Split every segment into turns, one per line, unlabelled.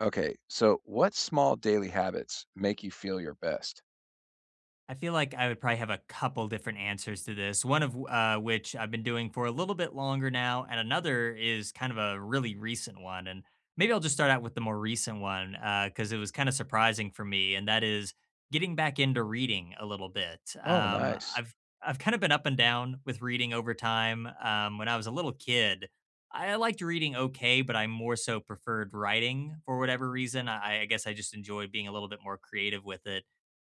Okay, so what small daily habits make you feel your best?
I feel like I would probably have a couple different answers to this. One of which I've been doing for a little bit longer now, and another is kind of a really recent one. And maybe I'll just start out with the more recent one because it was kind of surprising for me, and that is getting back into reading a little bit.
Oh, nice.
I've kind of been up and down with reading over time. When I was a little kid, I liked reading okay, but I more so preferred writing for whatever reason. I guess I just enjoyed being a little bit more creative with it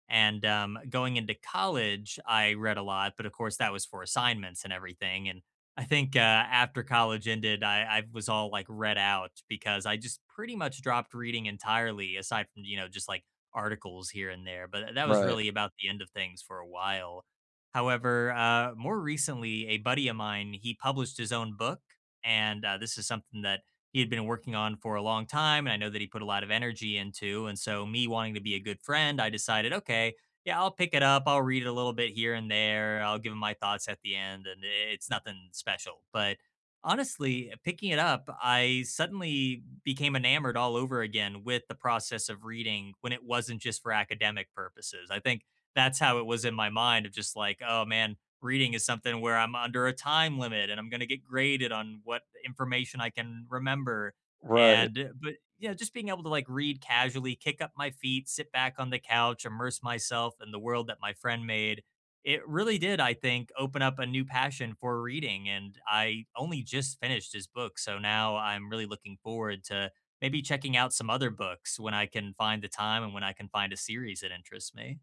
and going into college, I read a lot, but of course that was for assignments and everything. And I think after college ended, I was all like read out because I just pretty much dropped reading entirely, aside from just like articles here and there. But that was
Right.
really about the end of things for a while. However, more recently, a buddy of mine he published his own book, and this is something that he had been working on for a long time and I know that he put a lot of energy into. And so me wanting to be a good friend, I decided, okay, yeah, I'll pick it up. I'll read it a little bit here and there. I'll give him my thoughts at the end and it's nothing special. But honestly, picking it up, I suddenly became enamored all over again with the process of reading when it wasn't just for academic purposes. I think that's how it was in my mind of just like, oh man, reading is something where I'm under a time limit and I'm going to get graded on what information I can remember.
Right.
And, but, you know, just being able to like read casually, kick up my feet, sit back on the couch, immerse myself in the world that my friend made. It really did, I think, open up a new passion for reading. And I only just finished his book. So now I'm really looking forward to maybe checking out some other books when I can find the time and when I can find a series that interests me.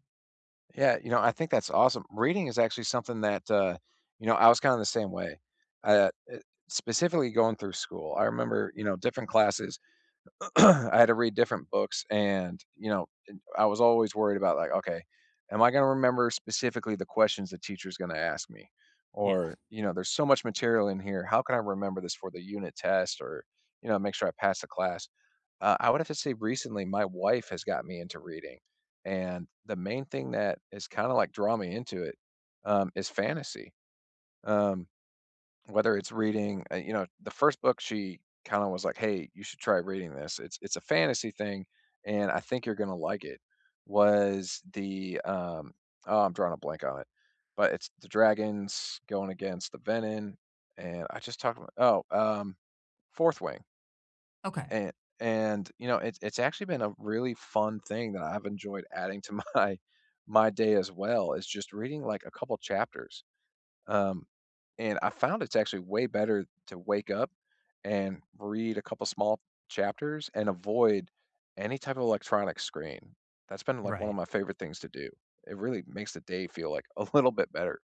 Yeah, you know, I think that's awesome. Reading is actually something that you know, I was kind of the same way. Uh, uh, specifically going through school. I remember, you know, different classes I had to read different books and, you know, and I was always worried about like, okay, am I going to remember specifically the questions the teacher's going to ask me?
Yeah.
Or, you know, there's so much material in here. How can I remember this for the unit test or, you know, make sure I pass the class? I would have to say recently, my wife has got me into reading. And the main thing that has kind of like drawn me into it is fantasy. Um, whether it's reading, you know, the first book she kind of was like, "Hey, you should try reading this. It's a fantasy thing, and I think you're gonna like it." Was the oh, I'm drawing a blank on it, but it's the dragons going against the venom, and I just talked about oh, Fourth Wing,
Okay.
and you know, it's actually been a really fun thing that I've enjoyed adding to my my day as well is just reading like a couple chapters, um, and I found it's actually way better to wake up and read a couple small chapters and avoid any type of electronic screen. That's been like one of
Right.
my favorite things to do. It really makes the day feel like a little bit better.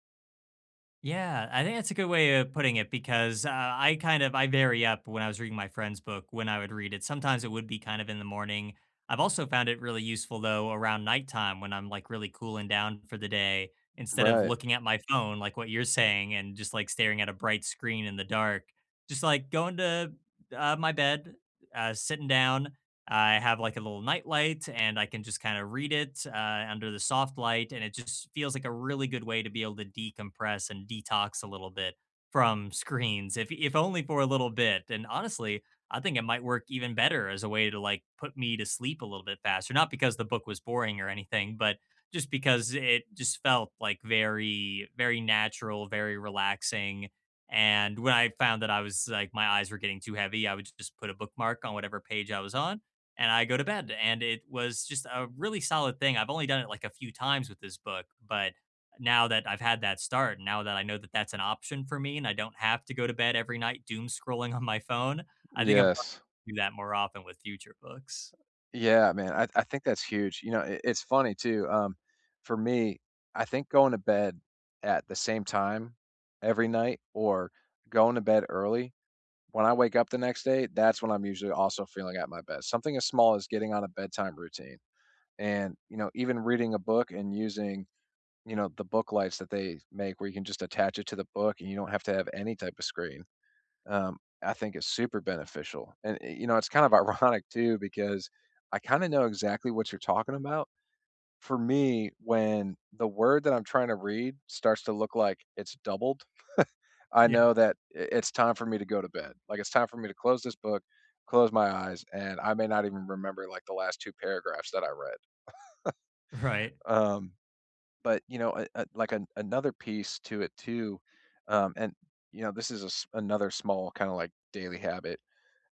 Yeah, I think that's a good way of putting it because I kind of I vary up when I was reading my friend's book when I would read it. Sometimes it would be kind of in the morning. I've also found it really useful though around nighttime when I'm like really cooling down for the day instead of
Right.
looking at my phone like what you're saying and just like staring at a bright screen in the dark. Just like going to my bed, sitting down, I have like a little nightlight and I can just kind of read it under the soft light. And it just feels like a really good way to be able to decompress and detox a little bit from screens, if only for a little bit. And honestly, I think it might work even better as a way to like put me to sleep a little bit faster. Not because the book was boring or anything, but just because it just felt like very, very natural, very relaxing. And when I found that I was like, my eyes were getting too heavy, I would just put a bookmark on whatever page I was on and I go to bed. And it was just a really solid thing. I've only done it like a few times with this book, but now that I've had that start, now that I know that that's an option for me and I don't have to go to bed every night doom scrolling on my phone, I think I'm probably
Yes.
gonna do that more often with future books.
Yeah, man. I think that's huge. You know, it, it's funny too. For me, I think going to bed at the same time every night or going to bed early. When I wake up the next day, that's when I'm usually also feeling at my best. Something as small as getting on a bedtime routine and, you know, even reading a book and using, you know, the book lights that they make where you can just attach it to the book and you don't have to have any type of screen. Um, I think it's super beneficial. And, you know, it's kind of ironic too, because I kind of know exactly what you're talking about. For me, when the word that I'm trying to read starts to look like it's doubled, I
Yeah.
know that I it's time for me to go to bed. Like, it's time for me to close this book, close my eyes, and I may not even remember, like, the last 2 paragraphs that I read.
Right.
Um, but, you know, a like, an another piece to it too, and, you know, this is a s another small kinda, like, daily habit,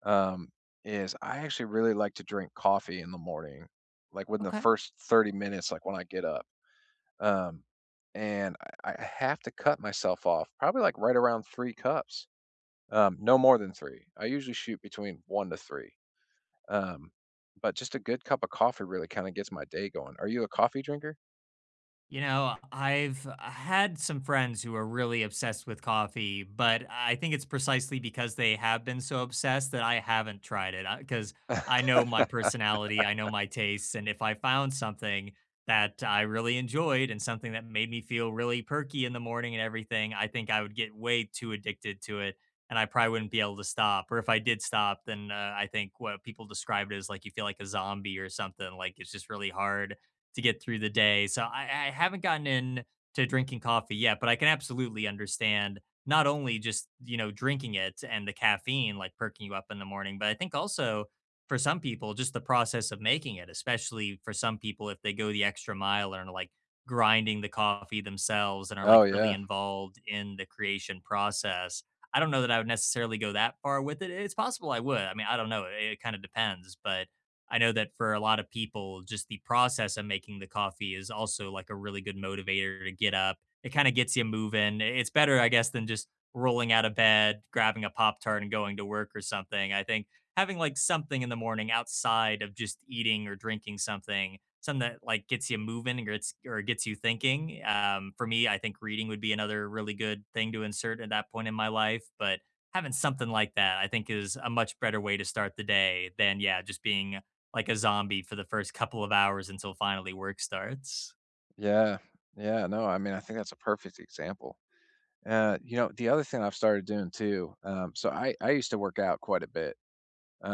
um, is I actually really like to drink coffee in the morning, like, within the
Okay.
first 30 minutes, like, when I get up. Um, and I have to cut myself off, probably, like, right around 3 cups. No more than 3. I usually shoot between 1 to 3. Um, but just a good cup of coffee really kinda gets my day going. Are you a coffee drinker?
You know, I've had some friends who are really obsessed with coffee, but I think it's precisely because they have been so obsessed that I haven't tried it. Because I know my personality, I know my tastes, and if I found something that I really enjoyed and something that made me feel really perky in the morning and everything, I think I would get way too addicted to it, and I probably wouldn't be able to stop. Or if I did stop, then I think what people described as like you feel like a zombie or something. Like it's just really hard to get through the day. So I haven't gotten in to drinking coffee yet, but I can absolutely understand not only just, you know, drinking it and the caffeine like perking you up in the morning, but I think also for some people, just the process of making it, especially for some people if they go the extra mile and are like grinding the coffee themselves and are
Oh,
like really
yeah.
involved in the creation process. I don't know that I would necessarily go that far with it. It's possible I would. I mean, I don't know. It kind of depends, but I know that for a lot of people, just the process of making the coffee is also like a really good motivator to get up. It kind of gets you moving. It's better, I guess, than just rolling out of bed, grabbing a Pop Tart, and going to work or something. I think having like something in the morning outside of just eating or drinking something, something that like gets you moving or gets you thinking. For me, I think reading would be another really good thing to insert at that point in my life. But having something like that, I think, is a much better way to start the day than yeah, just being like a zombie for the first couple of hours until finally work starts.
Yeah. Yeah, no, I mean, I think that's a perfect example. You know, the other thing I've started doing too, so I used to work out quite a bit.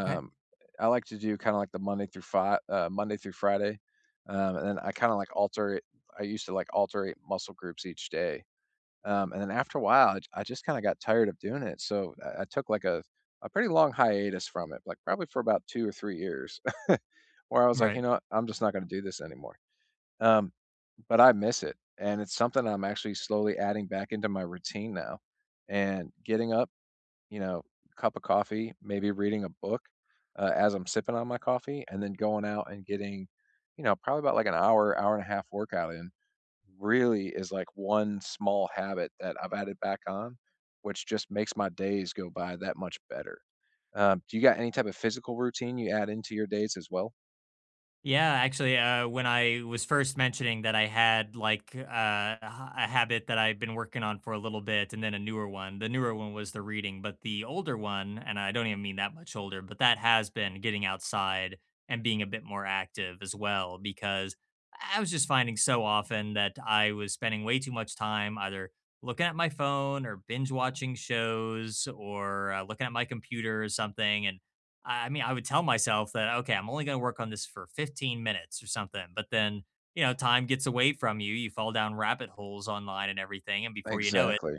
Okay.
I like to do kinda like the Monday through Friday, and then I kinda like alter it. I used to like alternate muscle groups each day. And then after a while, I just kinda got tired of doing it, so I took, like, a pretty long hiatus from it, like, probably for about 2 or 3 years, where I was like, "You
Right.
know what? I'm just not gonna do this anymore." Um, but I miss it, and it's something I'm actually slowly adding back into my routine now, and getting up, you know, cup of coffee, maybe reading a book, as I'm sipping on my coffee, and then going out and getting, you know, probably about, like, an hour, hour and a half workout in really is like one small habit that I've added back on, which just makes my days go by that much better. Do you got any type of physical routine you add into your days as well?
Yeah, actually, when I was first mentioning that I had like a habit that I've been working on for a little bit, and then a newer one. The newer one was the reading, but the older one, and I don't even mean that much older, but that has been getting outside and being a bit more active as well, because I was just finding so often that I was spending way too much time either looking at my phone or binge watching shows or looking at my computer or something, and I mean, I would tell myself that, okay, I'm only going to work on this for 15 minutes or something. But then, you know, time gets away from you. You fall down rabbit holes online and everything. And before you know it,
Exactly.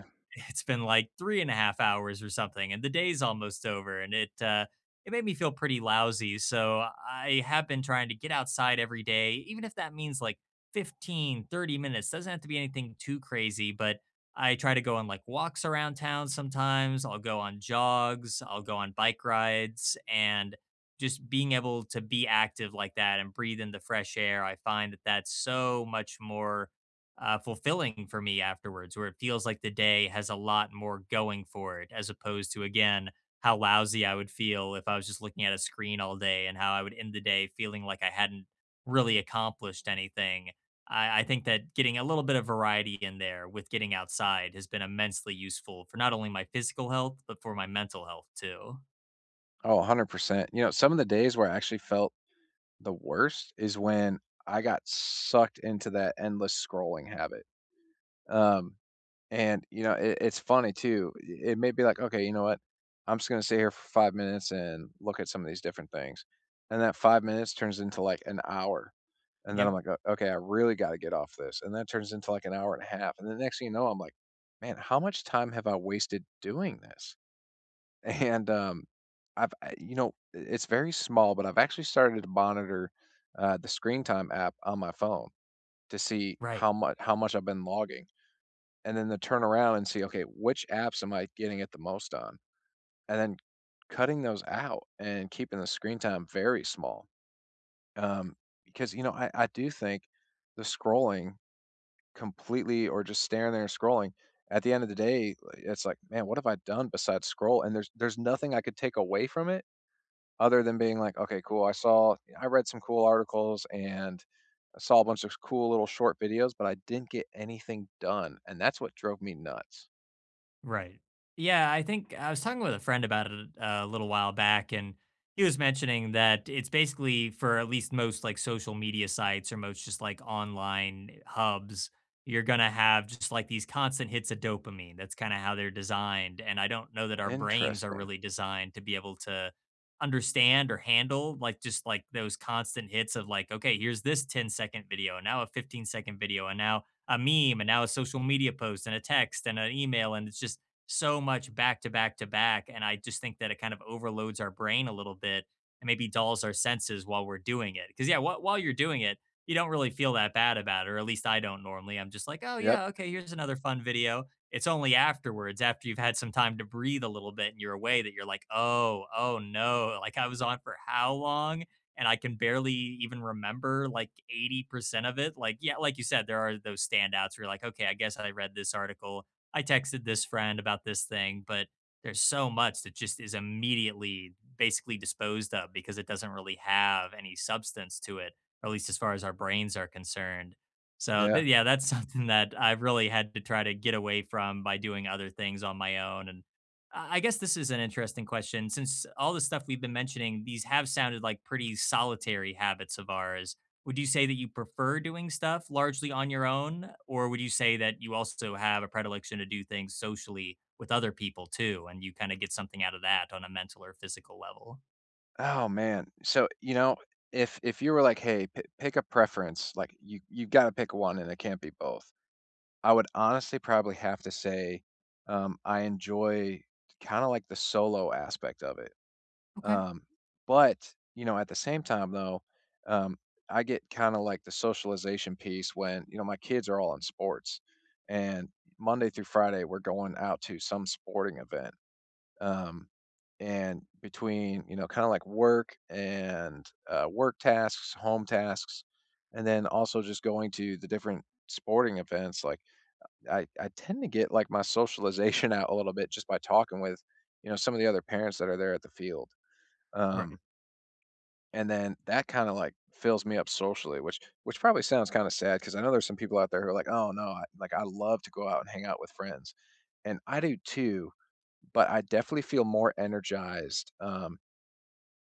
it's been like three and a half hours or something, and the day's almost over, and it made me feel pretty lousy. So I have been trying to get outside every day, even if that means like 15, 30 minutes. Doesn't have to be anything too crazy, but I try to go on like walks around town sometimes. I'll go on jogs, I'll go on bike rides, and just being able to be active like that and breathe in the fresh air, I find that that's so much more fulfilling for me afterwards, where it feels like the day has a lot more going for it, as opposed to, again, how lousy I would feel if I was just looking at a screen all day and how I would end the day feeling like I hadn't really accomplished anything. I think that getting a little bit of variety in there with getting outside has been immensely useful for not only my physical health, but for my mental health too.
Oh, 100%. You know, some of the days where I actually felt the worst is when I got sucked into that endless scrolling habit. Um, and, you know, it, it's funny too. It may be like, okay, you know what? I'm just going to sit here for 5 minutes and look at some of these different things. And that 5 minutes turns into like an hour. And then
Yep.
I'm like, "O okay, I really gotta get off this." And that turns into, like, an hour and a half, and the next thing you know, I'm like, "Man, how much time have I wasted doing this?" And, I've I you know, it's very small, but I've actually started to monitor, the screen time app on my phone to see
Right.
how much I've been logging, and then to turn around and see, "Okay, which apps am I getting it the most on?" And then cutting those out and keeping the screen time very small, um, because, you know, I do think the scrolling completely or just staring there and scrolling, at the end of the day, like, it's like, "Man, what have I done besides scroll?" And there's nothing I could take away from it other than being like, "Okay, cool. I read some cool articles and I saw a bunch of cool little short videos, but I didn't get anything done." And that's what drove me nuts.
Right. Yeah, I think I was talking with a friend about it a little while back, and he was mentioning that it's basically for at least most like social media sites or most just like online hubs, you're going to have just like these constant hits of dopamine. That's kind of how they're designed. And I don't know that our brains are
Interesting.
really designed to be able to understand, or handle like just like those constant hits of like, okay, here's this 10 second video, and now a 15-second video, and now a meme, and now a social media post, and a text, and an email, and it's just so much back to back to back. And I just think that it kind of overloads our brain a little bit and maybe dulls our senses while we're doing it, because yeah, while you're doing it you don't really feel that bad about it, or at least I don't normally. I'm just like, oh
Yep.
yeah, okay, here's another fun video. It's only afterwards, after you've had some time to breathe a little bit and you're away, that you're like, oh, oh no, like I was on for how long, and I can barely even remember like 80% of it. Like, yeah, like you said, there are those standouts where you're like, okay, I guess I read this article. I texted this friend about this thing, but there's so much that just is immediately basically disposed of because it doesn't really have any substance to it, or at least as far as our brains are concerned. So,
Yeah.
yeah, that's something that I've really had to try to get away from by doing other things on my own. And I guess this is an interesting question. Since all the stuff we've been mentioning, these have sounded like pretty solitary habits of ours. Would you say that you prefer doing stuff largely on your own? Or would you say that you also have a predilection to do things socially with other people too? And you kind of get something out of that on a mental or physical level?
Oh, man. So, you know, if you were like, "Hey, p pick a preference," like, you gotta pick one and it can't be both. I would honestly probably have to say, I enjoy kinda like the solo aspect of it,
Okay.
um, but, you know, at the same time, though, um, I get kinda like the socialization piece when, you know, my kids are all in sports, and Monday through Friday, we're going out to some sporting event, um, and between, you know, kinda like work and, work tasks, home tasks, and then also just going to the different sporting events, like I tend to get, like, my socialization out a little bit just by talking with, you know, some of the other parents that are there at the field,
Right.
um, and then that kinda, like, fills me up socially, which probably sounds kinda sad because I know there's some people out there who are like, "Oh, no, I like, I love to go out and hang out with friends," and I do too, but I definitely feel more energized,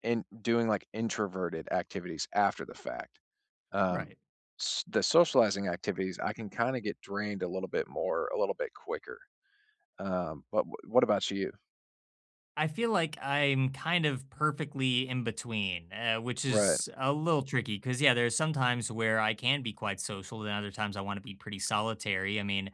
in doing, like, introverted activities after the fact, um,
Right.
s the socializing activities, I can kinda get drained a little bit more, a little bit quicker. But wh- what about you?
I feel like I'm kind of perfectly in between, which
Right.
is a little tricky because, yeah, there's some times where I can be quite social, and other times I want to be pretty solitary. I mean,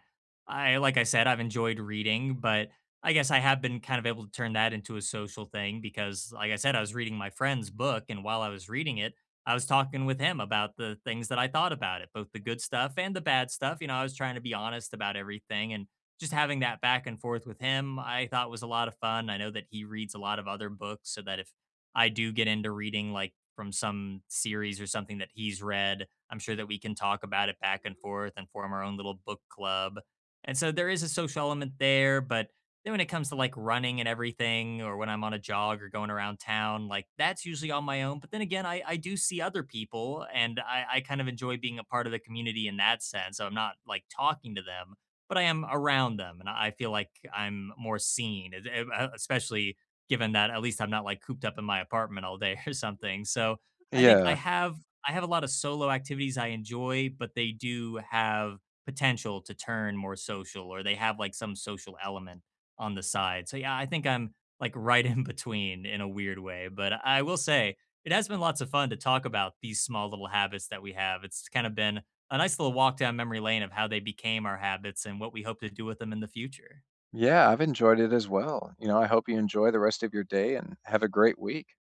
I, like I said, I've enjoyed reading, but I guess I have been kind of able to turn that into a social thing because, like I said, I was reading my friend's book, and while I was reading it, I was talking with him about the things that I thought about it, both the good stuff and the bad stuff. You know, I was trying to be honest about everything, and just having that back and forth with him, I thought was a lot of fun. I know that he reads a lot of other books, so that if I do get into reading like from some series or something that he's read, I'm sure that we can talk about it back and forth and form our own little book club. And so there is a social element there, but then when it comes to like running and everything, or when I'm on a jog or going around town, like that's usually on my own. But then again, I do see other people, and I kind of enjoy being a part of the community in that sense. So I'm not like talking to them, but I am around them, and I feel like I'm more seen, e e especially given that at least I'm not, like, cooped up in my apartment all day or something. So I think
Yeah.
I have a lot of solo activities I enjoy, but they do have potential to turn more social, or they have, like, some social element on the side. So yeah, I think I'm, like, right in between in a weird way. But I will say it has been lots of fun to talk about these small little habits that we have. It's kind of been a nice little walk down memory lane of how they became our habits and what we hope to do with them in the future.
Yeah, I've enjoyed it as well. You know, I hope you enjoy the rest of your day and have a great week.